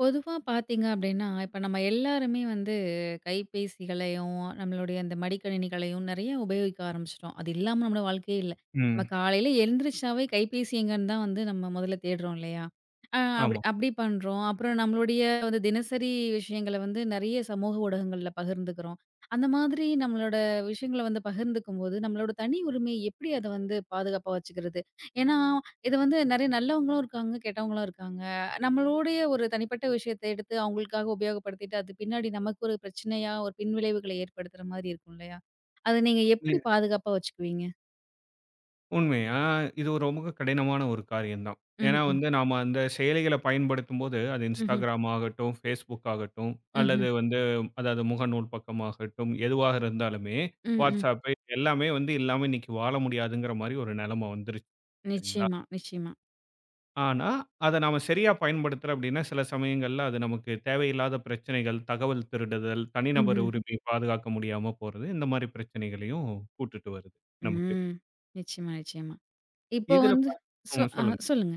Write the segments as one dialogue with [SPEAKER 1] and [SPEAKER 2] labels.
[SPEAKER 1] பொதுவா பார்த்தீங்க அப்டின்னா, இப்ப நம்ம எல்லாருமே வந்து கைபேசிகளையும், நம்மளுடைய அந்த மடிக்கணினிகளையும் நெறைய உபயோகிக்க ஆரம்பிச்சுட்டோம். அது இல்லாம நம்மளோட வாழ்க்கையே இல்ல. நம்ம
[SPEAKER 2] ம்.
[SPEAKER 1] காலையில எழுந்திரிச்சாவே கைபேசி எங்கன்னு தான் வந்து நம்ம முதல்ல தேடுறோம் இல்லையா? அப்டி
[SPEAKER 2] ஆமா.
[SPEAKER 1] அப்டி பண்றோம். அப்புறம் நம்மளுடைய வந்து தினசரி விஷயங்கள வந்து நெறைய சமூக ஊடகங்கள்ல பகிர்ந்துக்கிறோம். அந்த மாதிரி நம்மளோட விஷயங்கள வந்து பகிர்ந்துக்கும்போது, நம்மளோட தனி உரிமையை எப்படி அத வந்து பாதுகாப்பா வச்சுக்கிறது? ஏன்னா, இது வந்து நெறைய நல்லவங்களும் இருக்காங்க, கெட்டவங்களும் இருக்காங்க. நம்மளுடைய ஒரு தனிப்பட்ட விஷயத்த எடுத்து அவங்களுக்காக உபயோகப்படுத்திட்டு, அது பின்னாடி நமக்கு ஒரு பிரச்சனையா, ஒரு பின்விளைவுகள ஏற்படுத்துற மாதிரி இருக்கும் இல்லையா? அத நீங்க எப்படி
[SPEAKER 2] இது
[SPEAKER 1] பாதுகாப்பா வச்சுக்குவீங்க?
[SPEAKER 2] உண்மை. இது ஒரு ரொம்ப கடினமான ஒரு காரியம் தான்.
[SPEAKER 1] ம்,
[SPEAKER 2] ஏன்னா
[SPEAKER 1] ம்.
[SPEAKER 2] வந்து நாம அந்த செயலிகள பயன்படுத்தும்போது, அது
[SPEAKER 1] ம்ஹ்ம்.
[SPEAKER 2] Instagram ஆகட்டும், Facebook ஆகட்டும், அல்லது
[SPEAKER 1] ம்ஹ்ம்.
[SPEAKER 2] வந்து அதாவது முகநூல் பக்கமாகட்டும், எதுவாக இருந்தாலுமே
[SPEAKER 1] ம், ம்.
[SPEAKER 2] WhatsApp எல்லாமே வந்து இல்லாம இன்னைக்கு வாழ முடியாதுங்கிற மாரி ஒரு நெலைம வந்துருச்சு. சரிங்களா?
[SPEAKER 1] நிச்சயமா, நிச்சயமா.
[SPEAKER 2] ஆனா, அத நாம சரியா பயன்படுத்தல அப்டின்னா, சில சமயங்கள்ல அது நமக்கு தேவையில்லாத பிரச்சனைகள், தகவல் திருடுதல், தனிநபர்
[SPEAKER 1] ம்ஹ்ம்.
[SPEAKER 2] உரிமையை பாதுகாக்க முடியாம போறது, இந்த மாரி பிரச்சனைகளையும் கூட்டுட்டு வருது நமக்கு.
[SPEAKER 1] ம். நிச்சயமா, நிச்சயமா. இப்போ
[SPEAKER 2] இதுல
[SPEAKER 1] வந்து
[SPEAKER 2] பாத்
[SPEAKER 1] சொ அ
[SPEAKER 2] சொல்லுங்க.
[SPEAKER 1] சொல்லுங்க.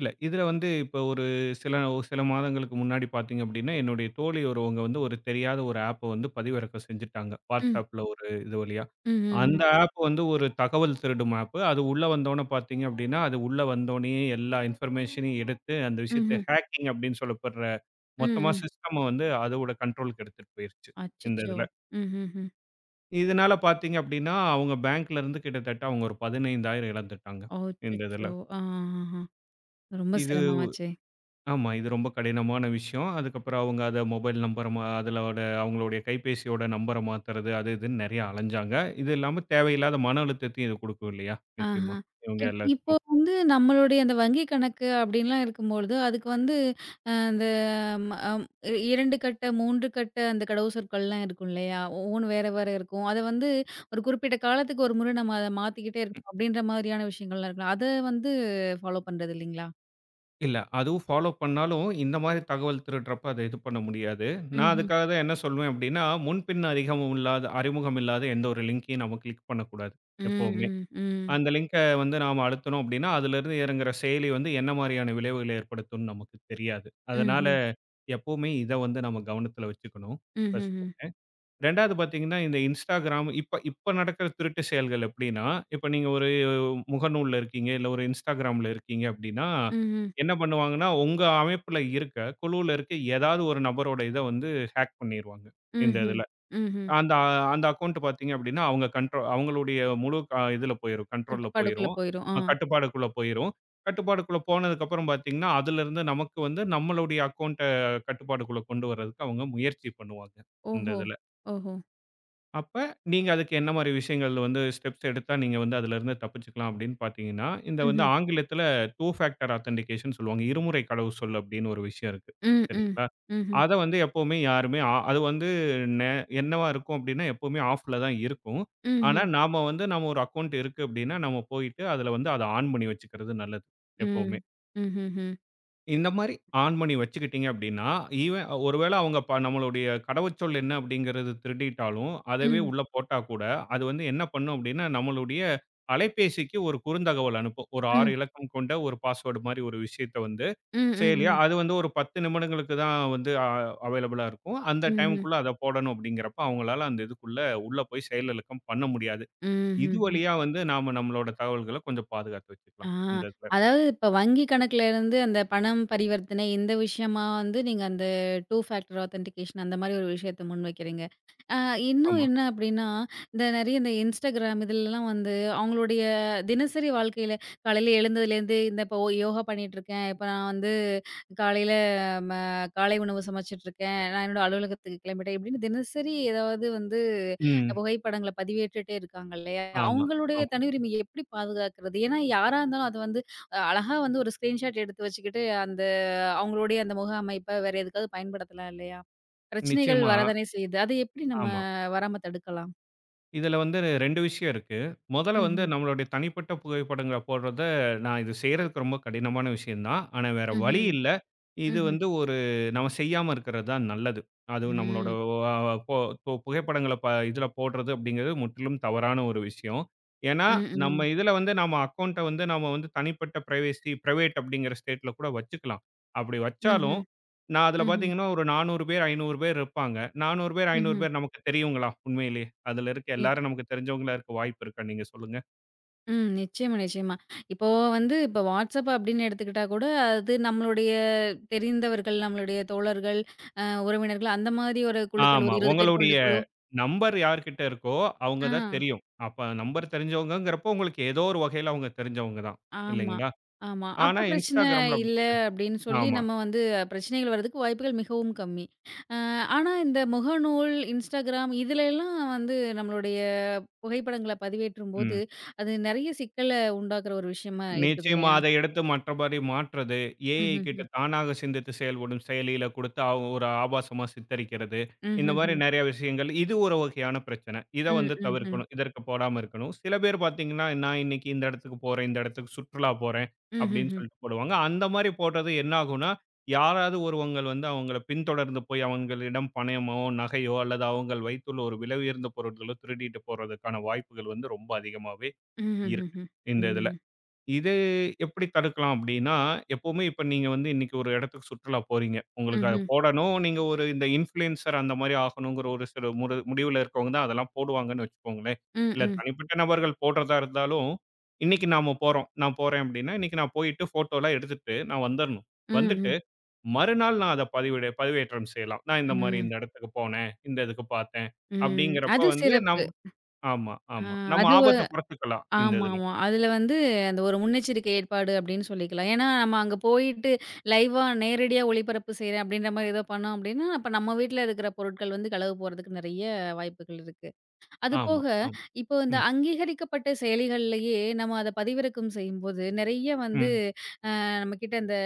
[SPEAKER 2] இல்ல இதுல வந்து இப்ப ஒரு சில சில மாதங்களுக்கு முன்னாடி பார்த்தீங்க அப்டின்னா, என்னுடைய தோழி ஒருவங்க வந்து ஒரு தெரியாத ஒரு ஆப்ப வந்து பதிவிறக்கம் செஞ்சுட்டாங்க
[SPEAKER 1] ம்.
[SPEAKER 2] WhatsAppல ஒரு இது வழியா.
[SPEAKER 1] ம்ஹ்ஹ்ம்.
[SPEAKER 2] அந்த ஆப் வந்து ஒரு தகவல் திருடும் ஆப். அது உள்ள வந்தோனே பார்த்தீங்க அப்டின்னா, அது உள்ள வந்தோனேயே எல்லா இன்ஃபர்மேஷனையும் எடுத்து அந்த விஷயத்த
[SPEAKER 1] ம்ஹ்ம். ம்,
[SPEAKER 2] ஹேக்கிங் அப்டின்னு சொல்லப்படுற
[SPEAKER 1] ம்ஹும், ம்.
[SPEAKER 2] மொத்தமா
[SPEAKER 1] ம்.
[SPEAKER 2] சிஸ்டம் வந்து அதோட கண்ட்ரோலுக்கு எடுத்துட்டு போயிருச்சு. இந்த
[SPEAKER 1] அச்சச்சோ!
[SPEAKER 2] இதுல.
[SPEAKER 1] ம்ஹ்ஹ்ம்.
[SPEAKER 2] இதனால பார்த்தீங்க அப்டின்னா, அவங்க பேங்க்ல இருந்து கிட்டத்தட்ட அவங்க ஒரு 15,000 இழந்துட்டாங்க. இந்த இதுல.
[SPEAKER 1] அச்சச்சோ! ஆஹஹா! ரொம்ப
[SPEAKER 2] இது
[SPEAKER 1] சிரமமாச்சே!
[SPEAKER 2] ஆமா, இது ரொம்ப கடினமான விஷயம். அதுக்கப்புறம் அவங்க அத மொபைல் நம்பர மா அதுலோட அவங்களுடைய கைபேசியோட நம்பர மாத்துறது, அது இதுன்னு நெறைய அலைஞ்சாங்க. இது இல்லாம தேவையில்லாத மன அழுத்தத்தையும் இது குடுக்கும் இல்லையா? நிச்சயமா.
[SPEAKER 1] ஆஹா.
[SPEAKER 2] இவங்க
[SPEAKER 1] இப்போ
[SPEAKER 2] எல்லாத்துக்கும்.
[SPEAKER 1] வந்து நம்மளுடைய அந்த வங்கி கணக்கு அப்படின்லாம் இருக்கும்பொழுது, அதுக்கு வந்து அ அந்த ம அம் 2 கட்ட, 3 கட்ட அந்த கடவு சொற்கள்லாம் இருக்கும் இல்லையா? ஒவ்வொன்னும் வேற வேற இருக்கும். அத வந்து ஒரு குறிப்பிட்ட காலத்துக்கு ஒரு முறை நம்ம அத மாத்திக்கிட்டே இருக்கணும் அப்படின்ற மாதிரியான விஷயங்கள்லாம் இருக்கலாம். அத வந்து ஃபாலோ பண்றது இல்லைங்களா?
[SPEAKER 2] இல்ல, அதுவும் ஃபாலோ பண்ணாலும் இந்த மாரி தகவல் திருடுறப்ப அத இது பண்ண முடியாது. நான்
[SPEAKER 1] ம்ஹ்ம்.
[SPEAKER 2] அதுக்காக தான் என்ன சொல்வேன் அப்டின்னா, முன்பின் அறிகமும் இல்லாத அறிமுகம் இல்லாத எந்த ஒரு லிங்க்கையும் நம்ம கிளிக் பண்ணக்கூடாது
[SPEAKER 1] ம்,
[SPEAKER 2] எப்பவுமே.
[SPEAKER 1] ம், ம்.
[SPEAKER 2] அந்த லிங்க வந்து நாம அழுத்துனோம் அப்படின்னா, அதிலிருந்து இறங்குற செயலி வந்து என்ன மாரியான விளைவுகள ஏற்படுத்தும்னு நமக்கு தெரியாது. அதனால
[SPEAKER 1] ம்ஹ்ம்.
[SPEAKER 2] எப்பவுமே இத வந்து நம்ம கவனத்துல வச்சுக்கணும். ஃபர்ஸ்ட்
[SPEAKER 1] ம்ஹ்ஹ்ம்.
[SPEAKER 2] 2வது பார்த்தீங்கன்னா, இந்த Instagram இப்ப இப்ப நடக்கிற திருட்டு செயல்கள் எப்படின்னா, இப்ப நீங்க ஒரு முகநூல்ல இருக்கீங்க, இல்ல ஒரு Instagramல இருக்கீங்க அப்படின்னா,
[SPEAKER 1] ம்ஹ்ம்.
[SPEAKER 2] என்ன பண்ணுவாங்கன்னா, உங்க அமைப்புல இருக்க, குழுவுல இருக்க ஏதாவது ஒரு நபரோட இத வந்து ஹேக் பண்ணிருவாங்க, இந்த
[SPEAKER 1] ம்ஹ்ம்.
[SPEAKER 2] இதுல.
[SPEAKER 1] ம்ஹ்ம்.
[SPEAKER 2] அந்த அந்த அக்கவுண்ட் பார்த்தீங்க அப்படின்னா, அவங்களுடைய முழு க இதுல போயிரும். கண்ட்ரோல்ல
[SPEAKER 1] கட்டுப்பாடுக்குள்ள
[SPEAKER 2] போயிரும்.
[SPEAKER 1] போயிரும். ஆ.
[SPEAKER 2] கட்டுப்பாடுக்குள்ள போயிரும். கட்டுப்பாடுக்குள்ள போனதுக்கப்புறம் பார்த்தீங்கன்னா, அதிலிருந்து நமக்கு வந்து நம்மளுடைய அக்கவுண்ட்ட கட்டுப்பாடுக்குள்ள கொண்டு வர்றதுக்கு அவங்க முயற்சி பண்ணுவாங்க. இந்த
[SPEAKER 1] ஓஹோ!
[SPEAKER 2] இதுல.
[SPEAKER 1] ஓஹோ!
[SPEAKER 2] அப்ப, நீங்க அதுக்கு என்ன மாரி விஷயங்கள் வந்து ஸ்டெப்ஸ் எடுத்தா நீங்க வந்து அதிலிருந்து தப்பிச்சுக்கலாம் அப்படின்னு பார்த்தீங்கன்னா, இந்த வந்து
[SPEAKER 1] ம்ஹ்ம்.
[SPEAKER 2] ஆங்கிலத்தில 2 ஃபேக்டர் ஆத்தென்டிகேஷன் சொல்லுவாங்க. இருமுறை கடவுச்சொல் அப்படின்னு ஒரு விஷயம் இருக்கு.
[SPEAKER 1] ம், ம்.
[SPEAKER 2] சரிங்களா?
[SPEAKER 1] ம்ஹ்ம்.
[SPEAKER 2] அத வந்து எப்பவுமே யாருமே அது வந்து நே என்னவா இருக்கும் அப்படின்னா, எப்பவுமே ஆஃப்ல தான் இருக்கும். ஆனா,
[SPEAKER 1] ம்ஹ்ம்.
[SPEAKER 2] நாம வந்து நம்ம ஒரு அக்கவுண்ட் இருக்கு அப்படின்னா, நம்ம போயிட்டு அதில வந்து அத ஆன் பண்ணி வச்சுக்கிறது நல்லது
[SPEAKER 1] హ్మ్.
[SPEAKER 2] எப்பவுமே.
[SPEAKER 1] హుహుహు.
[SPEAKER 2] இந்த மாரி ஆன் பண்ணி வச்சுக்கிட்டீங்க அப்படின்னா, ஈவன் ஒருவேளை அவங்க நம்மளுடைய கடவுச்சொல் என்ன அப்படிங்கிறது திருடிட்டாலும், அதவே
[SPEAKER 1] ம்.
[SPEAKER 2] உள்ள போட்டா கூட, அது வந்து என்ன பண்ணும் அப்படின்னா, நம்மளுடைய அலைபேசிக்கு ஒரு குறுந்தகவல் அனுப்பும். ஒரு
[SPEAKER 1] ம்ஹ்ஹ்ம்.
[SPEAKER 2] 6 இலக்கம் கொண்ட ஒரு பாஸ்வேர்டு மாரி ஒரு விஷயத்த வந்து
[SPEAKER 1] ம். ம். ம்.
[SPEAKER 2] செயலியா
[SPEAKER 1] ம்.
[SPEAKER 2] அது வந்து ஒரு 10 நிமிடங்களுக்கு தான் வந்து அவைலபிளா இருக்கும். அந்த
[SPEAKER 1] ம்ஹ்ம்.
[SPEAKER 2] டைமுக்குள்ள அத போடணும் அப்படிங்கிறப்ப, அவங்களால அந்த இதுக்குள்ள உள்ள போய் செயலிழக்கம் பண்ண முடியாது. இது
[SPEAKER 1] ம்ஹ்ஹ్మ్.
[SPEAKER 2] வழியா வந்து நாம நம்மளோட தகவல்கள கொஞ்சம் பாதுகாத்து
[SPEAKER 1] ஆ,
[SPEAKER 2] வச்சுக்கலாம். இந்த இதுல.
[SPEAKER 1] அதாவது இப்ப வங்கி கணக்குலேருந்து அந்த பணம் பரிவர்த்தனை இந்த விஷயமா வந்து நீங்க அந்த 2 ஃபேக்டர் ஆத்தென்டிகேஷன் அந்த மாரி ஒரு விஷயத்த முன்வைக்கிறீங்க. ஆ, இன்னும்
[SPEAKER 2] ஆமா.
[SPEAKER 1] என்ன அப்டின்னா, இந்த நெறைய இந்த Instagram இதுலலாம் வந்து அவங்களுடைய தினசரி வாழ்க்கையில காலையில எழுந்ததுலேருந்து இந்த இப்போ யோகா பண்ணிட்டுருக்கேன். இப்ப நான் வந்து காலையில ம காலை உணவு சமைச்சிட்டுருக்கேன். நான் என்னோட அலுவலகத்துக்கு கிளம்பிட்டேன். இப்டின்னு தினசரி ஏதாவது வந்து
[SPEAKER 2] ம்.
[SPEAKER 1] புகைப்படங்கள பதிவேற்றுட்டே இருக்காங்க இல்லையா?
[SPEAKER 2] ஆமா.
[SPEAKER 1] அவங்களுடைய தனி உரிமை எப்படி பாதுகாக்கிறது? ஏன்னா யாரா இருந்தாலும் அது வந்து அழகா வந்து ஒரு ஸ்கிரீன்ஷாட் எடுத்து வச்சுக்கிட்டு, அந்த அவங்களுடைய அந்த முக அமைப்ப வேற எதுக்காவது பயன்படுத்தலாம் இல்லையா? பிரச்சனைகள்
[SPEAKER 2] நிச்சயமா.
[SPEAKER 1] வரதானே செய்யுது. அதை எப்படி நம்ம
[SPEAKER 2] ஆமா.
[SPEAKER 1] வராம தடுக்கலாம்?
[SPEAKER 2] இதுல வந்து 2 விஷயம் இருக்கு. முதல்ல வந்து
[SPEAKER 1] ம்ஹ்ம்.
[SPEAKER 2] நம்மளுடைய தனிப்பட்ட புகைப்படங்கள போடுறத நான் செய்றதுக்கு ரொம்ப கடினமான விஷயம் தான். ஆனா வேற வழி
[SPEAKER 1] ம்ஹ்ம்.
[SPEAKER 2] இல்ல. இது
[SPEAKER 1] ம்ஹ்ம்.
[SPEAKER 2] வந்து ஒரு நம்ம செய்யாம இருக்கிறது தான் நல்லது. அதுவும் நம்மளோட
[SPEAKER 1] ம்.
[SPEAKER 2] அ போ பு புகைப்படங்கள இதுல போடுறது அப்படிங்கிறது முற்றிலும் தவறான ஒரு விஷயம். ஏன்னா,
[SPEAKER 1] ம்.
[SPEAKER 2] நம்ம
[SPEAKER 1] ம்.
[SPEAKER 2] இதுல வந்து நம்ம அக்கவுண்ட்ட வந்து நம்ம வந்து தனிப்பட்ட பிரைவசி பிரைவேட் அப்படிங்கிற ஸ்டேட்ல கூட வச்சுக்கலாம். அப்படி வச்சாலும்,
[SPEAKER 1] ம்ஹ்ம்.
[SPEAKER 2] நான் அதுல
[SPEAKER 1] ம்ஹ்ம்.
[SPEAKER 2] பார்த்தீங்கன்னா ஒரு 400 பேர், 500 பேர் இருப்பாங்க. 400 பேர், 500
[SPEAKER 1] ம்ஹ்ம்.
[SPEAKER 2] பேர் நமக்கு தெரியுங்களா உண்மையிலே? அதுல இருக்க எல்லாரும்
[SPEAKER 1] நிச்சயமா.
[SPEAKER 2] நமக்கு தெரிஞ்சவங்களா இருக்க வாய்ப்பு இருக்கா நீங்க சொல்லுங்க?
[SPEAKER 1] ம். நிச்சயமா, நிச்சயமா. இப்போ வந்து இப்போ WhatsApp அப்படின்னு எடுத்துக்கிட்டா கூட, அது நம்மளுடைய தெரிந்தவர்கள், நம்மளுடைய தோழர்கள், அ உறவினர்கள் அந்த மாதிரி ஒரு குழுக்கள்
[SPEAKER 2] ஆமா.
[SPEAKER 1] ஒரு 20 பேர்
[SPEAKER 2] உங்களுடைய
[SPEAKER 1] கொண்ட குழு.
[SPEAKER 2] நம்பர் யார்கிட்ட இருக்கோ, அவங்க
[SPEAKER 1] ஆ,
[SPEAKER 2] தான் தெரியும். அப்ப நம்பர் தெரிஞ்சவங்கங்கிறப்போ, உங்களுக்கு ஏதோ ஒரு வகையில அவங்க தெரிஞ்சவங்க தான்.
[SPEAKER 1] ஆமா,
[SPEAKER 2] இல்லைங்களா?
[SPEAKER 1] ஆமா.
[SPEAKER 2] ஆனா,
[SPEAKER 1] அப்ப பிரச்சனை
[SPEAKER 2] Instagramல அப்படி
[SPEAKER 1] இல்ல
[SPEAKER 2] கிடையாது.
[SPEAKER 1] அப்படின்னு சொல்லி
[SPEAKER 2] ஆமா.
[SPEAKER 1] நம்ம வந்து பிரச்சனைகள் வர்றதுக்கு வாய்ப்புகள் மிகவும் கம்மி. அ ஆனா இந்த முகநூல், Instagram இதுலலாம் வந்து நம்மளுடைய புகைப்படங்கள பதிவேற்றும்போது,
[SPEAKER 2] ம்.
[SPEAKER 1] அது நெறைய சிக்கல உண்டாக்குற ஒரு விஷயமா இருக்குது
[SPEAKER 2] நிச்சயமா
[SPEAKER 1] இல்லையா?
[SPEAKER 2] அதை எடுத்து மற்றபடி மாற்றது. ஏஐ கிட்ட
[SPEAKER 1] ம்ஹ்ஹ்ம்.
[SPEAKER 2] தானாக சிந்தித்து செயல்படும் செயலியில குடுத்து ஒரு ஆபாசமா சித்தரிக்கிறது. இந்த மாரி
[SPEAKER 1] ம்ஹ்ஹ்ம்.
[SPEAKER 2] நெறைய விஷயங்கள். இது ஒரு வகையான பிரச்சனை. இத
[SPEAKER 1] ம்,
[SPEAKER 2] வந்து
[SPEAKER 1] ம், ம். ம்
[SPEAKER 2] தவிர்க்கணும். இதற்கு போடாம இருக்கணும். சில பேர் பார்த்தீங்கன்னா, நான் இன்னைக்கு இந்த இடத்துக்கு போறேன், இந்த இடத்துக்கு சுற்றுலா போறேன் அப்படின்னு
[SPEAKER 1] హుహుహు.
[SPEAKER 2] சொல்லிட்டு போடுவாங்க. அந்த மாரி போடுறது என்ன ஆகும்னா, யாராவது ஒருவங்கள் வந்து அவங்கள பின்தொடர்ந்து போய் அவங்களிடம் பணயமோ, நகையோ அல்லது அவங்கள் வைத்துள்ள ஒரு விலை உயர்ந்த பொருட்களோ திருடிட்டு போறதுக்கான வாய்ப்புகள் வந்து ரொம்ப அதிகமாவே இருக்கு.
[SPEAKER 1] ம்ஹ்ஹுஹு.
[SPEAKER 2] இந்த இதுல.
[SPEAKER 1] ம்.
[SPEAKER 2] இது எப்படி தடுக்கலாம் அப்படின்னா, எப்பவுமே இப்ப நீங்க வந்து இன்னைக்கு ஒரு இடத்துக்கு சுற்றுலா போறீங்க. உங்களுக்கு அத
[SPEAKER 1] ம்ஹ்ம்.
[SPEAKER 2] போடணும். நீங்க ஒரு இந்த இன்ஃப்ளூயன்சர் அந்த மாரி ஆகணுங்கிற ஒரு சில முடிவுல இருக்கவங்க தான் அதெல்லாம் போடுவாங்கன்னு வச்சுக்கோங்களேன்.
[SPEAKER 1] ம்,
[SPEAKER 2] இல்ல
[SPEAKER 1] ம்.
[SPEAKER 2] தனிப்பட்ட நபர்கள் போடுறதா இருந்தாலும், இன்னைக்கு நாம போறோம். நான் போறேன் அப்படின்னா, இன்னைக்கு நான் போயிட்டு ஃபோட்டோலாம் எடுத்துட்டு நான் வந்துரணும்.
[SPEAKER 1] ம்,
[SPEAKER 2] வந்துட்டு
[SPEAKER 1] ம்,
[SPEAKER 2] மறுநாள் நான் அத பதிவேற்றம் செய்யலாம். நான் இந்த மாரி
[SPEAKER 1] ம்,
[SPEAKER 2] இந்த இடத்துக்கு போனேன், இந்த இதுக்கு பார்த்தேன்
[SPEAKER 1] ம்.
[SPEAKER 2] அப்படிங்கிறப்ப
[SPEAKER 1] அது
[SPEAKER 2] வந்து
[SPEAKER 1] சிறப்பு.
[SPEAKER 2] நம் ஆமா,
[SPEAKER 1] ஆ,
[SPEAKER 2] ஆமா. நம்ம
[SPEAKER 1] அது வ
[SPEAKER 2] ஆபத்த குறைச்சுக்கலாம் இந்த இதுல.
[SPEAKER 1] ஆமாமா. அதுல வந்து அந்த ஒரு முன்னெச்சரிக்கை ஏற்பாடு அப்டின்னு சொல்லிக்கலாம். ஏன்னா, நம்ம அங்க போயிட்டு லைவா நேரடியா ஒளிபரப்பு செய்றேன் அப்டின்ற மாரி ஏதோ பண்ணோம் அப்டின்னா, அப்ப நம்ம வீட்ல இருக்கிற பொருட்கள் வந்து களவு போறதுக்கு நெறைய வாய்ப்புகள் இருக்கு.
[SPEAKER 2] ஆமா,
[SPEAKER 1] அதுபோக
[SPEAKER 2] ஆமா.
[SPEAKER 1] இப்போ இந்த
[SPEAKER 2] ம்,
[SPEAKER 1] அங்கீகரிக்கப்பட்ட செயலிகள்லயே நம்ம அத பதிவிறக்கம் செய்யும்போது, நெறைய வந்து
[SPEAKER 2] ம்.
[SPEAKER 1] நம்ம கிட்ட அந்த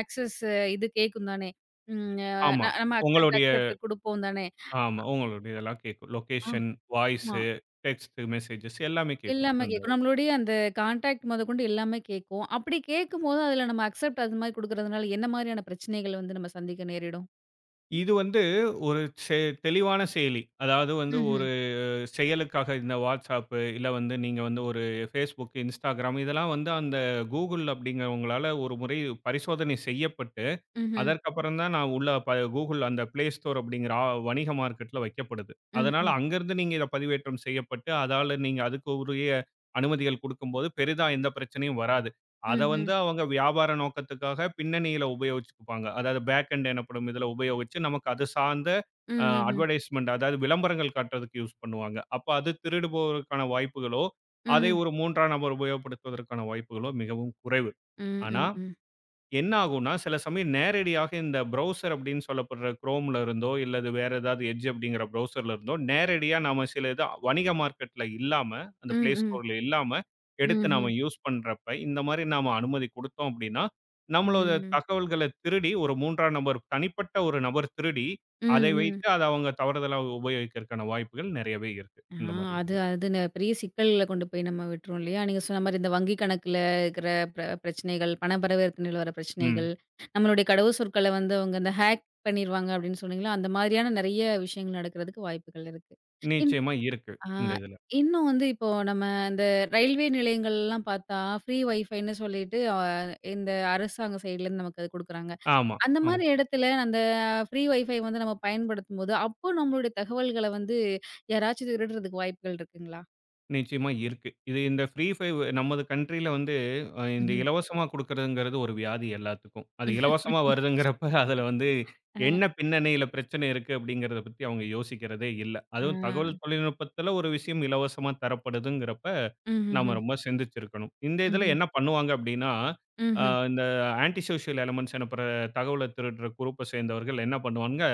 [SPEAKER 1] ஆக்சஸ் இது கேட்கும் தானே. ம் அ
[SPEAKER 2] ஆமா.
[SPEAKER 1] நம்ம அக்செப்ட்
[SPEAKER 2] உங்களுடைய
[SPEAKER 1] அக்செப்ட் குடுப்போம் தானே.
[SPEAKER 2] ஆமா. உங்களுடைய இதெல்லாம் கேட்கும். லொகேஷன்,
[SPEAKER 1] ஆமா.
[SPEAKER 2] வாய்ஸு, டெக்ஸ்ட் மெசேஜஸ் எல்லாமே கேட்கும்.
[SPEAKER 1] எல்லாமே
[SPEAKER 2] அந்த
[SPEAKER 1] கேட்கும்.
[SPEAKER 2] இதுல.
[SPEAKER 1] நம்மளுடைய அந்த கான்டாக்ட் மொதற்கொண்டு எல்லாமே கேட்கும். அப்படி கேட்கும்போது அதில நம்ம அக்செப்ட் அது மாரி குடுக்குறதுனால என்ன மாரியான பிரச்சனைகள் வந்து நம்ம சந்திக்க நேரிடும்?
[SPEAKER 2] இது வந்து ஒரு செ தெளிவான செயலி. அதாவது வந்து ஒரு
[SPEAKER 1] ம்ஹ்ம்.
[SPEAKER 2] செயலுக்காக இந்த WhatsApp இல்ல வந்து நீங்க வந்து ஒரு Facebook, Instagram இதெல்லாம் வந்து அந்த Google அப்படிங்கிறவங்களால ஒரு முறை பரிசோதனை செய்யப்பட்டு
[SPEAKER 1] ம்ஹ்ம்.
[SPEAKER 2] அதற்கப்புறம் தான் நான் உள்ள ப Google அந்த Play Store அப்படிங்கிற வணிக மார்க்கெட்ல வைக்கப்படுது. அதனால
[SPEAKER 1] ம்ஹ்ம்.
[SPEAKER 2] அங்கருந்து நீங்க இத பதிவேற்றம் செய்யப்பட்டு, அதால நீங்க அதுக்கு உரிய அனுமதிகள் குடுக்கும்போது, பெரிதா எந்த பிரச்சனையும் வராது. அத
[SPEAKER 1] ம்ஹ்ம்.
[SPEAKER 2] வந்து அவங்க வியாபார நோக்கத்துக்காக பின்னணியில உபயோகிச்சுக்குப்பாங்க. அதாவது பேக் எண்ட் எனப்படும் இதுல உபயோகிச்சு, நமக்கு அது சார்ந்த
[SPEAKER 1] ம்ஹ்ஹ்ம்.
[SPEAKER 2] அட்வர்டைஸ்மென்ட் அதாவது விளம்பரங்கள் காட்டுறதுக்கு யூஸ் பண்ணுவாங்க. அப்ப அது திருடுபவருக்கான வாய்ப்புகளோ, அதை
[SPEAKER 1] ம்.
[SPEAKER 2] ஒரு 3ஆம் நபர் உபயோகப்படுத்துவதற்கான வாய்ப்புகளோ மிகவும் குறைவு.
[SPEAKER 1] ம்.
[SPEAKER 2] ஆனா
[SPEAKER 1] ம்.
[SPEAKER 2] என்ன ஆகும்னா, சில சமயம் நேரடியாக இந்த ப்ரௌசர் அப்படின்னு சொல்லப்படுற Chromeல இருந்தோ, இல்லது வேற ஏதாவது Edge அப்படிங்கிற ப்ரௌசர்ல இருந்தோ, நேரடியா நாம சில இது வணிக மார்க்கெட்ல இல்லாம, அந்த
[SPEAKER 1] ம். ம்.
[SPEAKER 2] Play
[SPEAKER 1] ம்.
[SPEAKER 2] Storeல இல்லாம, எடுத்து
[SPEAKER 1] ம்ஹ்ம்.
[SPEAKER 2] நாம யூஸ் பண்றப்ப, இந்த மாரி நாம அனுமதி குடுத்தோம் அப்படின்னா, நம்மளோட
[SPEAKER 1] ம். ம்.
[SPEAKER 2] தகவல்கள திருடி ஒரு 3ஆம் நபர் தனிப்பட்ட ஒரு நபர் திருடி,
[SPEAKER 1] ம்,
[SPEAKER 2] அதை
[SPEAKER 1] ம்,
[SPEAKER 2] வைத்து அத அவங்க தவறுதலா உபயோகிக்கிறதுக்கான வாய்ப்புகள் நெறையவே இருக்கு.
[SPEAKER 1] ஆ,
[SPEAKER 2] இந்த மாரி
[SPEAKER 1] அது
[SPEAKER 2] இதுல.
[SPEAKER 1] அது ந பெரிய சிக்கல்ல கொண்டு போய் நம்ம விட்டுரும் இல்லையா? நீங்க சொன்ன மாரி இந்த வங்கி கணக்குல இருக்கிற பிரச்சனைகள், பண பரிவர்த்தனையில வர
[SPEAKER 2] ம்.
[SPEAKER 1] பிரச்சனைகள், நம்மளுடைய கடவு சொற்கள வந்து அவங்க இந்த ஹேக் பண்ணிருவாங்க அப்படின்னு சொன்னீங்களா? அந்த மாதிரியான நெறைய விஷயங்கள் நடக்கிறதுக்கு வாய்ப்புகள் இருக்கு. இன்
[SPEAKER 2] நிச்சயமா இருக்கு.
[SPEAKER 1] ஆ
[SPEAKER 2] இந்த இதுல.
[SPEAKER 1] இன்னும் வந்து இப்போ நம்ம இந்த ரயில்வே நிலையங்கள்லாம் பார்த்தா, ஃப்ரீ வைஃபைன்னு சொல்லிட்டு இந்த அரசாங்க சைட்லேருந்து நமக்கு அது குடுக்குறாங்க.
[SPEAKER 2] ஆமா,
[SPEAKER 1] அந்த
[SPEAKER 2] ஆமா.
[SPEAKER 1] மாரி இடத்துல அந்த ஃப்ரீ வைஃபை வந்து நம்ம பயன்படுத்தும்போது, அப்போ நம்மளுடைய தகவல்கள வந்து யாராச்சும் திருடுறதுக்கு வாய்ப்புகள் இருக்குங்களா?
[SPEAKER 2] நிச்சயமா இருக்கு. இது இந்த ஃப்ரீ ஃபயர் நமது கண்ட்ரில வந்து இந்த
[SPEAKER 1] ம்ஹ்ம்.
[SPEAKER 2] இலவசமா குடுக்குறதுங்கிறது ஒரு வியாதி எல்லாத்துக்கும். அது இலவசமா வருதுங்கிறப்ப அதுல வந்து
[SPEAKER 1] அ,
[SPEAKER 2] என்ன பின்னணியில பிரச்சனை இருக்கு அப்படிங்கிறத பத்தி அவங்க யோசிக்கிறதே இல்ல.
[SPEAKER 1] ஆ.
[SPEAKER 2] அதுவும் தகவல் தொழில்நுட்பத்துல ஒரு விஷயம் இலவசமா தரப்படுதுங்கிறப்ப, நாம
[SPEAKER 1] ம்ஹ்ஹ்ம்.
[SPEAKER 2] ரொம்ப சிந்திச்சிருக்கணும். இந்த இதுல
[SPEAKER 1] ம்ஹ்ம்.
[SPEAKER 2] என்ன பண்ணுவாங்க அப்படின்னா, அ
[SPEAKER 1] ம்ஹ்ம்.
[SPEAKER 2] இந்த ஆன்டி சோஷியல் எலமென்ட்ஸ் எனப்படுற தகவல திருடுற குரூப்ப சேர்ந்தவர்கள் என்ன பண்ணுவாங்க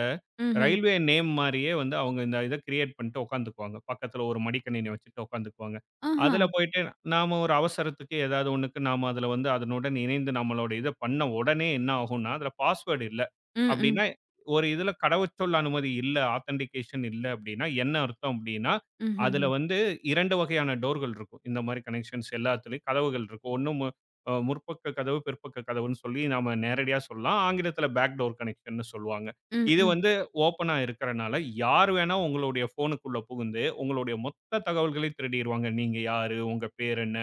[SPEAKER 1] ம்ஹ்ம்.
[SPEAKER 2] ரயில்வே நேம் மாரியே வந்து அவங்க இந்த இத கிரியேட் பண்ணிட்டு உட்காந்துக்குவாங்க. பக்கத்துல ஒரு மடிக்கணினி வச்சுட்டு உட்காந்துக்குவாங்க.
[SPEAKER 1] ஆஹா.
[SPEAKER 2] அதுல போயிட்டு நாம ஒரு அவசரத்துக்கு ஏதாவது ஒண்ணுக்கு நாம அதுல வந்து அதனுடன் இணைந்து நம்மளோட இத பண்ண உடனே என்ன ஆகும்னா, அதுல பாஸ்வேர்ட் இல்ல.
[SPEAKER 1] ம், ம்.
[SPEAKER 2] அப்படின்னா ஒரு இதுல கடவுச்சொல் அனுமதி இல்ல, ஆத்தென்டிகேஷன் இல்ல அப்படின்னா என்ன அர்த்தம் அப்படின்னா, அதுல
[SPEAKER 1] ம்ஹ்ஹ்ம்.
[SPEAKER 2] வந்து 2 வகையான டோர்கள் இருக்கும். இந்த மாரி கனெக்ஷன்ஸ் எல்லாத்துலயும் கதவுகள் இருக்கும். ஒண்ணு மு அ முற்பக்க கதவு, பிற்பக்க கதவுன்னு சொல்லி நாம நேரடியா சொல்லலாம். ஆங்கிலத்துல பேக்டோர் கனெக்ஷன்னு சொல்லுவாங்க.
[SPEAKER 1] ம்,
[SPEAKER 2] இது
[SPEAKER 1] ம்.
[SPEAKER 2] வந்து ஓப்பனா இருக்கறனால, யார் வேணா உங்களுடைய ஃபோனுக்குள்ள புகுந்து, உங்களுடைய மொத்த தகவல்களையும் திருடிருவாங்க. நீங்க யாரு? உங்க பேர் என்ன?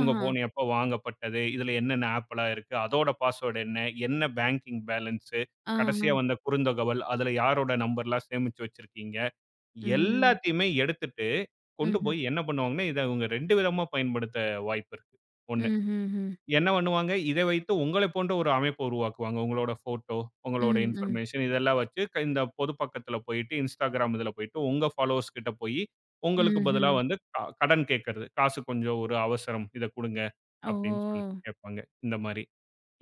[SPEAKER 2] உங்க ஃபோன் எப்ப வாங்கப்பட்டது? இதுல என்னென்ன ஆப்லாம் இருக்கு? அதோட பாஸ்வேர்ட் என்ன? என்ன பேங்கிங் பேலன்ஸு?
[SPEAKER 1] ஆஹா.
[SPEAKER 2] கடைசியா வந்த குறுந்தகவல், அதுல யாரோட நம்பர்லாம் சேமிச்சு வச்சிருக்கீங்க?
[SPEAKER 1] ம்.
[SPEAKER 2] எல்லாத்தையுமே எடுத்துட்டு கொண்டு
[SPEAKER 1] ம்ஹ்ம்.
[SPEAKER 2] போய் என்ன பண்ணுவாங்கன்னா, இத இவங்க 2 விதமா பயன்படுத்த வாய்ப்பு இருக்கு. ஒண்ணு
[SPEAKER 1] ம்ஹ்ஹ்ம்.
[SPEAKER 2] என்ன பண்ணுவாங்க? இதை வைத்து உங்களைப் போன்ற ஒரு அமைப்பு உருவாக்குவாங்க. உங்களோட ஃபோட்டோ, உங்களோட
[SPEAKER 1] ம், ம்.
[SPEAKER 2] இன்ஃபர்மேஷன் இதெல்லாம் வச்சு இந்த பொது பக்கத்துல போயிட்டு, Instagram இதுல போயிட்டு உங்க ஃபாலோவர்ஸ் கிட்ட போயி, உங்களுக்கு பதிலா
[SPEAKER 1] ம்ஹ்ம்.
[SPEAKER 2] வந்து கடன் கேட்கறது. காசு கொஞ்சம் ஒரு அவசரம். இத குடுங்க
[SPEAKER 1] ஓ!
[SPEAKER 2] அப்படின்னு சொல்லிட்டு கேட்பாங்க. இந்த மாரி.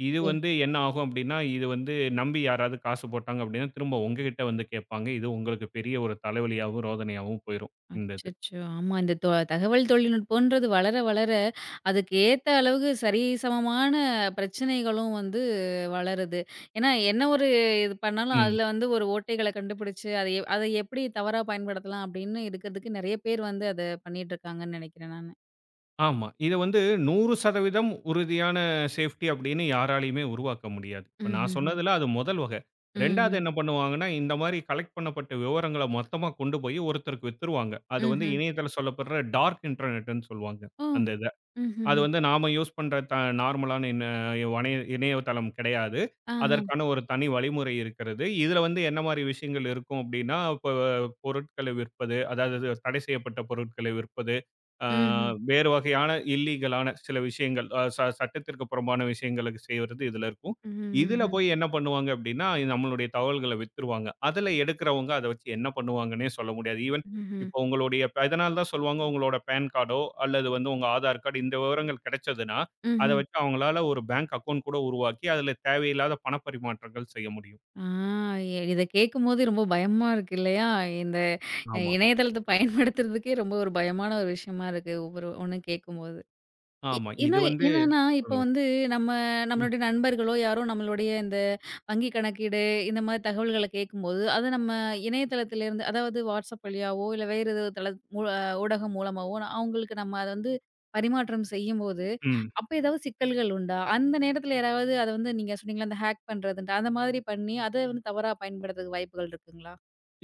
[SPEAKER 2] இது வந்து என்ன ஆகும் அப்படின்னா, இது வந்து நம்பி யாராவது காசு போட்டாங்க அப்படின்னா, திரும்ப உங்ககிட்ட வந்து கேட்பாங்க. இது உங்களுக்கு பெரிய ஒரு தலைவலியாவும், ரோதனையாவும் போயிரும். இந்த இது.
[SPEAKER 1] அச்சச்சோ! ஆமா. இந்த தகவல் தொழில்நுட்பம்ன்றது வளர, வளர அதுக்கு ஏத்த அளவுக்கு சரிசமமான பிரச்சனைகளும் வந்து வளருது. ஏன்னா, என்ன ஒரு இது பண்ணாலும்
[SPEAKER 2] ம்.
[SPEAKER 1] அதில வந்து ஒரு ஓட்டைகள கண்டுபிடிச்சு, அதை எப்படி தவறா பயன்படுத்தலாம் அப்படின்னு இருக்கிறதுக்கு நெறைய பேர் வந்து அத பண்ணிட்டுருக்காங்கன்னு நெனைக்கிறேன் நானு.
[SPEAKER 2] ஆமா. இத வந்து 100% உறுதியான சேஃப்டி அப்படின்னு யாராலயுமே உருவாக்க முடியாது. இப்ப நான்
[SPEAKER 1] ம்ஹ்ஹ்ம்.
[SPEAKER 2] சொன்னதுல அது முதல் வகை. 2வது
[SPEAKER 1] ம்ஹ்ம்.
[SPEAKER 2] என்ன பண்ணுவாங்கன்னா, இந்த மாரி கலெக்ட் பண்ணப்பட்ட விவரங்கள மொத்தமா கொண்டு போய் ஒருத்தருக்கு வித்துருவாங்க. அது வந்து
[SPEAKER 1] ம்ஹ்ம்.
[SPEAKER 2] இணையதள சொல்லப்படுற டார்க் இன்டர்நெட்ன்னு சொல்லுவாங்க.
[SPEAKER 1] ஓ!
[SPEAKER 2] அந்த இது. அது
[SPEAKER 1] ம்ஹ்ஹ்ம்.
[SPEAKER 2] வந்து நாம யூஸ் பண்ற த நார்மலான இண வணைய இணையதளம் கிடையாது.
[SPEAKER 1] ஆஹா.
[SPEAKER 2] அதற்கான ஒரு தனி வழிமுறை இருக்கிறது. இதுல வந்து என்ன மாரி விஷயங்கள் இருக்கும் அப்டின்னா, இப்ப பொருட்களை விற்பது, அதாவது தடை செய்யப்பட்ட பொருட்களை விற்பது, ஆ
[SPEAKER 1] ம்ஹ்ம்.
[SPEAKER 2] வேறு வகையான இல்லீகலான சில விஷயங்கள், அ ச சட்டத்திற்கு புறம்பான விஷயங்களுக்கு செய்றது இதுல இருக்கும். இதுல
[SPEAKER 1] ம்ஹ்ஹ்ஹ்ம்.
[SPEAKER 2] போய் என்ன பண்ணுவாங்க அப்டின்னா, நம்மளுடைய தகவல்கள வித்துருவாங்க. அதுல எடுக்கிறவங்க அத வச்சு என்ன பண்ணுவாங்கன்னே சொல்ல முடியாது. ஈவன்
[SPEAKER 1] ம்ஹ்ம்.
[SPEAKER 2] இப்போ உங்களுடைய அதனால தான் சொல்லுவாங்க உங்களோட பான் கார்டோ அல்லது வந்து உங்க ஆதார் கார்டு இந்த விவரங்கள் கிடைச்சதுன்னா, அத
[SPEAKER 1] ம்ஹ்ம்.
[SPEAKER 2] வச்சு அவங்களால ஒரு பேங்க் அக்கவுண்ட் கூட உருவாக்கி, அதுல தேவையில்லாத பணப்பரிமாற்றங்கள் செய்ய முடியும்.
[SPEAKER 1] ஆ, இத கேட்கும்போது ரொம்ப பயமா இருக்கு இல்லையா? இந்த
[SPEAKER 2] ஆமா.
[SPEAKER 1] இணையதளத்த பயன்படுத்துறதுக்கே ரொம்ப ஒரு பயமான ஒரு விஷயமா இருக்கு. ஒவ்வொரு ஒண்ணு கேட்கும்போது. இ
[SPEAKER 2] ஆமா. இது
[SPEAKER 1] இன்னும்
[SPEAKER 2] வந்து
[SPEAKER 1] என்னன்னா, இப்ப
[SPEAKER 2] சொல்லுங்க.
[SPEAKER 1] வந்து நம்ம
[SPEAKER 2] ம்.
[SPEAKER 1] நம்மளுடைய நண்பர்களோ, யாரோ நம்மளுடைய இந்த வங்கி கணக்கீடு, இந்த மாரி தகவல்கள கேட்கும்போது, அத நம்ம இணையதளத்திலிருந்து அதாவது WhatsApp வழியாவோ, இல்ல வேற ஏதோ தள மூ அ ஊடகம் மூலமாவோ அவங்களுக்கு நம்ம அத வந்து பரிமாற்றம் செய்யும்போது,
[SPEAKER 2] ம்.
[SPEAKER 1] அப்ப ஏதாவது சிக்கல்கள் உண்டா? அந்த நேரத்தில யாராவது அத வந்து நீங்க சொன்னீங்கல்ல, அந்த ஹேக் பண்றதுன்ட்டு, அந்த மாதிரி பண்ணி அத வந்து தவறா பயன்படுத்துறதுக்கு வாய்ப்புகள் இருக்குங்களா?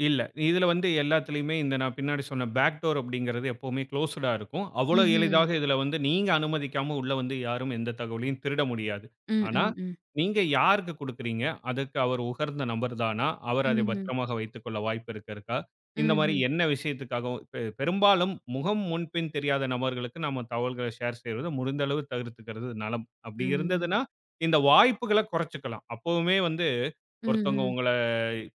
[SPEAKER 2] இல்ல. இதுல வந்து எல்லாத்துலயுமே இந்த நான் பின்னாடி சொன்ன பேக்டோர் அப்படிங்கிறது எப்பவுமே குளோஸ்டா இருக்கும். அவ்வளோ
[SPEAKER 1] ம்ஹ்ம்.
[SPEAKER 2] எளிதாக இதுல வந்து நீங்க அனுமதிக்காம உள்ள வந்து யாரும் எந்த தகவலையும் திருட முடியாது.
[SPEAKER 1] ம்,
[SPEAKER 2] ஆனா,
[SPEAKER 1] ம், ம்.
[SPEAKER 2] நீங்க யாருக்கு குடுக்குறீங்க? அதுக்கு அவர் உகந்த நபர் தானா? அவர் அதை
[SPEAKER 1] ம்ஹ்ம்.
[SPEAKER 2] பத்திரமாக வைத்துக்கொள்ள வாய்ப்பு இருக்கறக்கா? இந்த மாரி
[SPEAKER 1] హుహు.
[SPEAKER 2] என்ன விஷயத்துக்காகவும் பெரும்பாலும் முகம் முன்பின் தெரியாத நபர்களுக்கு நம்ம தகவல்கள ஷேர் செய்றது முடிந்த அளவு தவிர்த்துக்கிறது நலம். அப்படி
[SPEAKER 1] ம்.
[SPEAKER 2] இருந்ததுன்னா, இந்த வாய்ப்புகள குறைச்சுக்கலாம். அப்பவுமே வந்து ஒருத்தவங்க
[SPEAKER 1] ம்ஹ்ம்.
[SPEAKER 2] உங்கள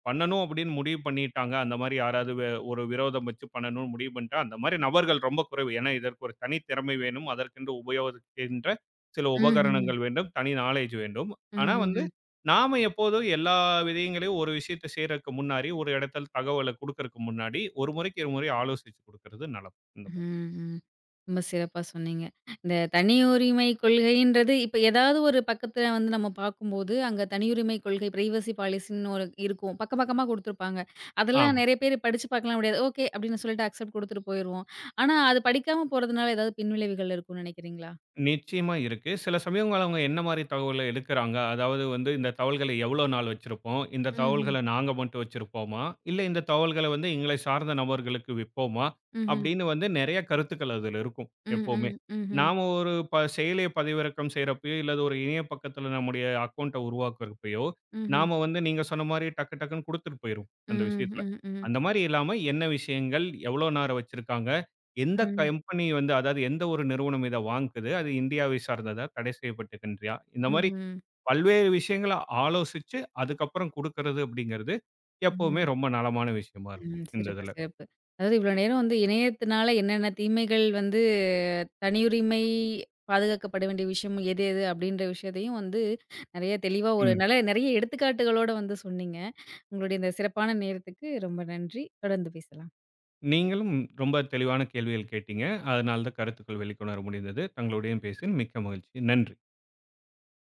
[SPEAKER 2] பண்ணணும் அப்படின்னு முடிவு பண்ணிட்டாங்க. அந்த மாரி யாராவது ஒரு விரோதம் வச்சு பண்ணணும்னு முடிவு பண்ணிட்டா, அந்த மாரி நபர்கள் ரொம்ப குறைவு. ஏன்னா இதற்கு ஒரு தனி திறமை வேணும். அதற்கென்று உபயோகிக்கின்ற சில
[SPEAKER 1] ம்ஹ்ம்.
[SPEAKER 2] உபகரணங்கள் வேண்டும். தனி நாலேட்ஜ் வேண்டும். ஆனா
[SPEAKER 1] ம்ஹ்ஹ்ம்.
[SPEAKER 2] வந்து நாம எப்போதும் எல்லா விதயங்களையும் ஒரு விஷயத்த செய்றதுக்கு முன்னாடி, ஒரு இடத்துல தகவல குடுக்கறக்கு முன்னாடி, ஒரு முறைக்கு இருமுறை ஆலோசிச்சு குடுக்கறது நலம். இந்த மாரி.
[SPEAKER 1] ம். ரொம்ப சிறப்பா சொன்னீங்க. இந்த தனியுரிமை கொள்கைன்றது இப்ப ஏதாவது ஒரு பக்கத்துல வந்து நம்ம பார்க்கும்போது, அங்க தனியுரிமை கொள்கை பிரைவசி பாலிசின்னு ஒரு இருக்கும். பக்க பக்கமா குடுத்துருப்பாங்க. அதெல்லாம்
[SPEAKER 2] ஆமா.
[SPEAKER 1] நெறைய பேர் படிச்சு பார்க்கலாம் முடியாது. ஓகே அப்படின்னு சொல்லிட்டு அக்செப்ட் குடுத்துட்டு போயிருவோம். ஆனா அது படிக்காம போறதுனால ஏதாவது பின்விளைவுகள் இருக்கும்னு நினைக்கிறீங்களா?
[SPEAKER 2] நிச்சயமா இருக்கு. சில சமயங்கள் அவங்க என்ன மாரி தகவல எடுக்குறாங்க? அதாவது வந்து இந்த தகவல்கள எவ்வளோ நாள் வச்சிருப்போம்? இந்த
[SPEAKER 1] ம்ஹ்ம்.
[SPEAKER 2] தகவல்கள நாங்க மட்டும் வச்சிருப்போமா? இல்ல இந்த தகவல்கள வந்து எங்களை சார்ந்த நபர்களுக்கு விப்போமா?
[SPEAKER 1] ம்ஹ்ம்.
[SPEAKER 2] அப்படின்னு வந்து நெறைய கருத்துக்கள் அதுல இருக்கும்
[SPEAKER 1] ம்,
[SPEAKER 2] எப்பவுமே.
[SPEAKER 1] ம். ம்ஹ்ம்.
[SPEAKER 2] நாம ஒரு செயலிய பதிவிறக்கம் செய்றப்பயோ, இல்ல ஒரு இணைய பக்கத்துல நம்முடைய அக்கவுண்ட்ட உருவாக்குறப்பயோ,
[SPEAKER 1] ம்ஹ்ம்.
[SPEAKER 2] நாம வந்து நீங்க சொன்ன மாரி டக்கு டக்குன்னு குடுத்துட்டு போயிருவோம் அந்த
[SPEAKER 1] ம்,
[SPEAKER 2] விஷயத்துல.
[SPEAKER 1] ம், ம்.
[SPEAKER 2] அந்த மாரி இல்லாம என்ன விஷயங்கள்? எவ்வளோ நேரம் வச்சிருக்காங்க? எந்த
[SPEAKER 1] ம்.
[SPEAKER 2] கம்பெனி வந்து அதாவது எந்த ஒரு நிறுவனம் இத வாங்குது? அது இந்தியாவை சார்ந்ததா? தடை செய்யப்பட்டிருக்கின்றயா? இந்த மாரி
[SPEAKER 1] ம்ஹ்ம்.
[SPEAKER 2] பல்வேறு விஷயங்கள ஆலோசிச்சு, அதுக்கப்புறம் குடுக்கறது அப்படிங்கிறது, எப்பவுமே
[SPEAKER 1] ம்.
[SPEAKER 2] ரொம்ப நலமான விஷயமா இருக்கும்.
[SPEAKER 1] ம்.
[SPEAKER 2] இந்த
[SPEAKER 1] சிறப்பு,
[SPEAKER 2] இதுல.
[SPEAKER 1] சிறப்பு. அதாவது இவ்வளோ நேரம் வந்து இணையத்தினால என்னென்ன தீமைகள் வந்து தனியுரிமை பாதுகாக்கப்பட வேண்டிய விஷயம் எது, எது அப்படின்ற விஷயத்தையும் வந்து நெறைய தெளிவா ஒரு
[SPEAKER 2] ம்.
[SPEAKER 1] நல்ல நெறைய எடுத்துக்காட்டுகளோட வந்து சொன்னீங்க. உங்களுடைய இந்த சிறப்பான நேரத்துக்கு ரொம்ப நன்றி. தொடர்ந்து பேசலாம்.
[SPEAKER 2] நீங்களும் ரொம்ப தெளிவான கேள்விகள் கேட்டீங்க. அதனால தான் கருத்துக்கள் வெளிக்கொணர முடிந்தது. தங்களுடையும் பேசியதில் மிக்க மகிழ்ச்சி. நன்றி.